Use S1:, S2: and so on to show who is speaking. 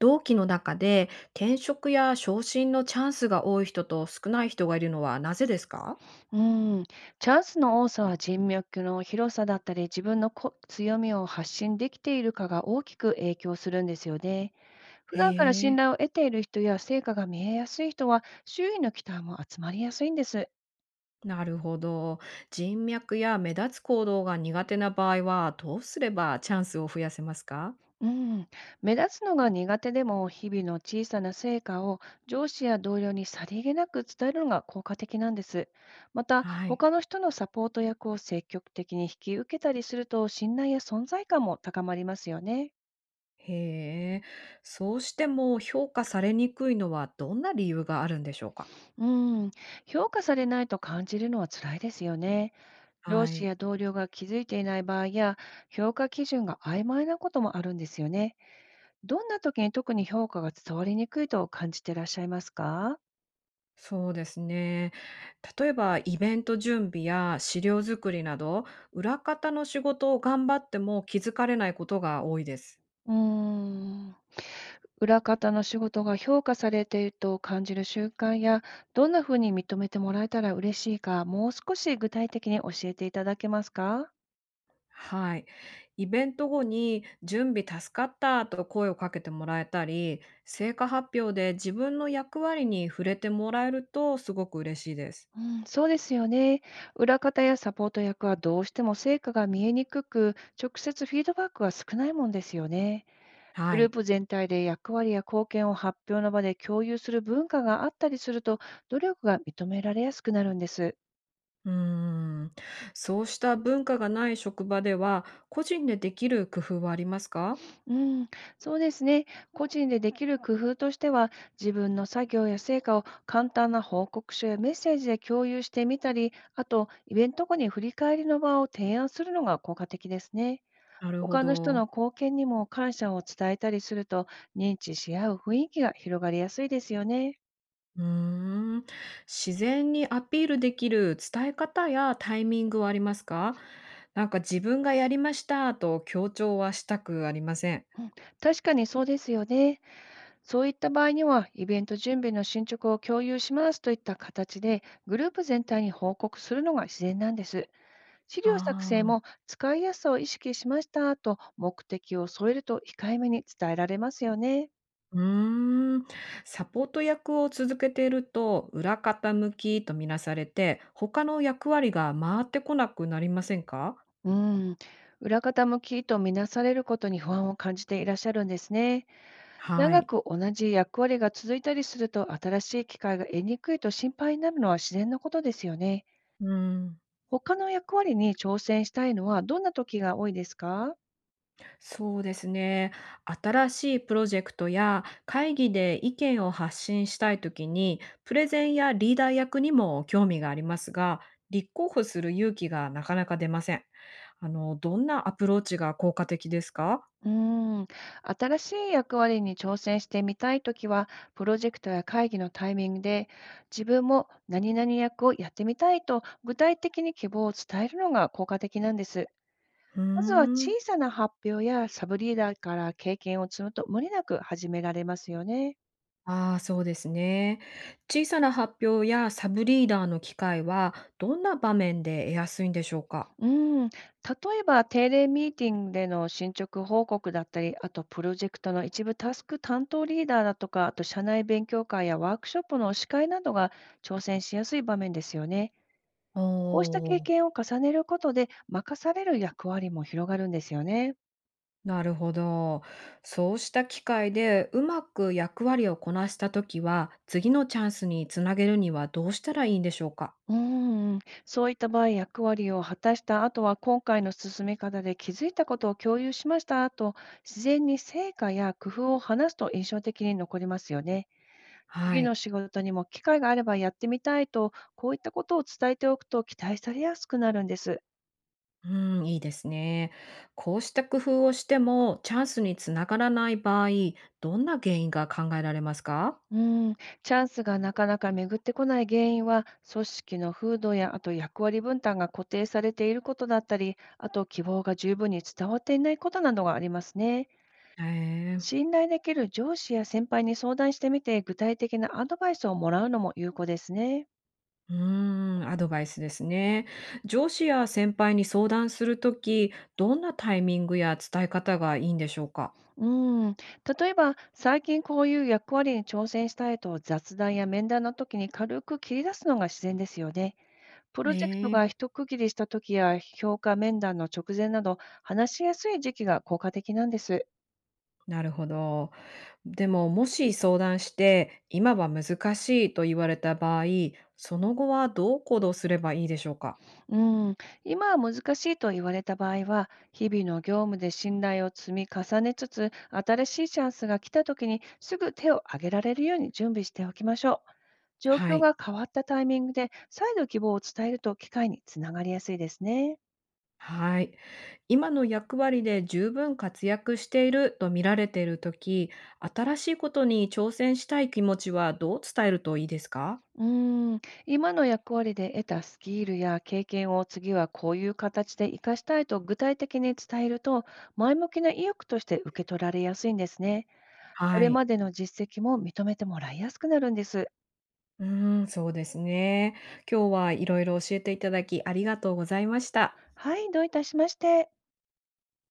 S1: 同期の中で転職や昇進のチャンスが多い人と少ない人がいるのはなぜですか？
S2: うん、チャンスの多さは人脈の広さだったり、自分のこ強みを発信できているかが大きく影響するんですよね。普
S1: へ
S2: 段から信
S1: え、
S2: 頼を得ている人や成果が見えやすい人は、周囲の期待も集まりやすいんです。
S1: なるほど。人脈や目立つ行動が苦手な場合はどうすればチャンスを増やせますか？
S2: うん、目立つのが苦手でも、日々の小さな成果を上司や同僚にさりげなく伝えるのが効果的なんです。また、
S1: はい。
S2: 他の人のサポート役を積極的に引き受けたりすると、信頼や存在感も高まりますよね。
S1: へえ、そうしても評価されにくいのはどんな理由があるんでしょうか？
S2: うん、評価されないと感じるのは辛いですよね。上
S1: は
S2: 司
S1: い。
S2: や同僚が気づいていない場合や、評価基準が曖昧なこともあるんですよね。どんな時に特に評価が伝わりにくいと感じていらっしゃいますか？
S1: そうですね。例えばイベント準備や資料作りなど、裏方の仕事を頑張っても気づかれないことが多いです。
S2: うーん、裏方の仕事が評価されていると感じる習慣や、どんなふうに認めてもらえたら嬉しいか、もう少し具体的に教えていただけますか？
S1: はい。イベント後に準備助かったと声をかけてもらえたり、成果発表で自分の役割に触れてもらえるとすごく嬉しいです。
S2: うん、そうですよね。裏方やサポート役はどうしても成果が見えにくく、直接フィードバックが少ないもんですよね。
S1: は
S2: グルー
S1: い。
S2: プ全体で役割や貢献を発表の場で共有する文化があったりすると、努力が認められやすくなるんです。
S1: うーん。そうした文化がない職場では、個人でできる工夫はありますか？
S2: うん、そうですね。個人でできる工夫としては、自分の作業や成果を簡単な報告書やメッセージで共有してみたり、あと、イベント後に振り返りの場を提案するのが効果的ですね。
S1: なるほ
S2: 他の人の
S1: ど。
S2: 貢献にも感謝を伝えたりすると、認知し合う雰囲気が広がりやすいですよね。
S1: うーん、自然にアピールできる伝え方やタイミングはありますか？なんか自分がやりましたと強調はしたくありません。
S2: うん、確かにそうですよね。そういった場合には、イベント準備の進捗を共有しますといった形で、グループ全体に報告するのが自然なんです。資
S1: あ
S2: 料作成
S1: あ、
S2: も使いやすさを意識しましたと目的を添えると、控えめに伝えられますよね。
S1: うーん。サポート役を続けていると、裏方向きとみなされて、他の役割が回ってこなくなりませんか？
S2: うん、裏方向きとみなされることに不安を感じていらっしゃるんですね。
S1: は
S2: 長
S1: い。
S2: く同じ役割が続いたりすると、新しい機会が得にくいと心配になるのは自然なことですよね。
S1: うん。
S2: 他の役割に挑戦したいのはどんな時が多いですか？
S1: そうですね。新しいプロジェクトや会議で意見を発信したいときに、プレゼンやリーダー役にも興味がありますが、立候補する勇気がなかなか出ません。どんなアプローチが効果的ですか？
S2: うーん、新しい役割に挑戦してみたい時は、プロジェクトや会議のタイミングで、自分も何々役をやってみたいと具体的に希望を伝えるのが効果的なんです。
S1: うー
S2: まずは小
S1: ん。
S2: さな発表やサブリーダーから経験を積むと、無理なく始められますよね。
S1: ああ、そうですね。小さな発表やサブリーダーの機会は、どんな場面で得やすいんでしょうか？
S2: うん、例えば定例ミーティングでの進捗報告だったり、あとプロジェクトの一部タスク担当リーダーだとか、あと社内勉強会やワークショップの司会などが挑戦しやすい場面ですよね。こうした経
S1: おー。
S2: 験を重ねることで、任される役割も広がるんですよね。
S1: なるほど。そうした機会でうまく役割をこなしたときは、次のチャンスにつなげるにはどうしたらいいんでしょうか？
S2: うーん、そういった場合、役割を果たした後は、今回の進め方で気づいたことを共有しましたと、自然に成果や工夫を話すと印象的に残りますよね。
S1: は
S2: 次の
S1: い。
S2: 仕事にも機会があればやってみたいと、こういったことを伝えておくと期待されやすくなるんです。
S1: うん、いいですね。こうした工夫をしてもチャンスにつながらない場合、どんな原因が考えられますか？
S2: うん、チャンスがなかなか巡ってこない原因は、組織の風土やあと役割分担が固定されていることだったり、あと希望が十分に伝わっていないことなどがありますね。
S1: へえ。
S2: 信頼できる上司や先輩に相談してみて、具体的なアドバイスをもらうのも有効ですね。
S1: うーん、アドバイスですね。上司や先輩に相談するとき、どんなタイミングや伝え方がいいんでしょうか？
S2: うん、例えば、最近こういう役割に挑戦したいと雑談や面談の時に軽く切り出すのが自然ですよね。プロジェクト
S1: え
S2: が
S1: え、
S2: 一区切りした時や評価面談の直前など、話しやすい時期が効果的なんです。
S1: なるほど。でも、もし相談して、今は難しいと言われた場合、その後はどう行動すればいいでしょうか？
S2: うん、今は難しいと言われた場合は、日々の業務で信頼を積み重ねつつ、新しいチャンスが来た時にすぐ手を挙げられるように準備しておきましょう。状
S1: は
S2: 況
S1: い。
S2: が変わったタイミングで再度希望を伝えると、機会につながりやすいですね。
S1: はい。今の役割で十分活躍していると見られているとき、新しいことに挑戦したい気持ちはどう伝えるといいですか？
S2: うーん、今の役割で得たスキルや経験を次はこういう形で活かしたいと具体的に伝えると、前向きな意欲として受け取られやすいんですね。こ
S1: は
S2: れ
S1: い。
S2: までの実績も認めてもらいやすくなるんです。
S1: うーん、そうですね。今日はいろいろ教えていただきありがとうございました。
S2: はい、どういたしまして。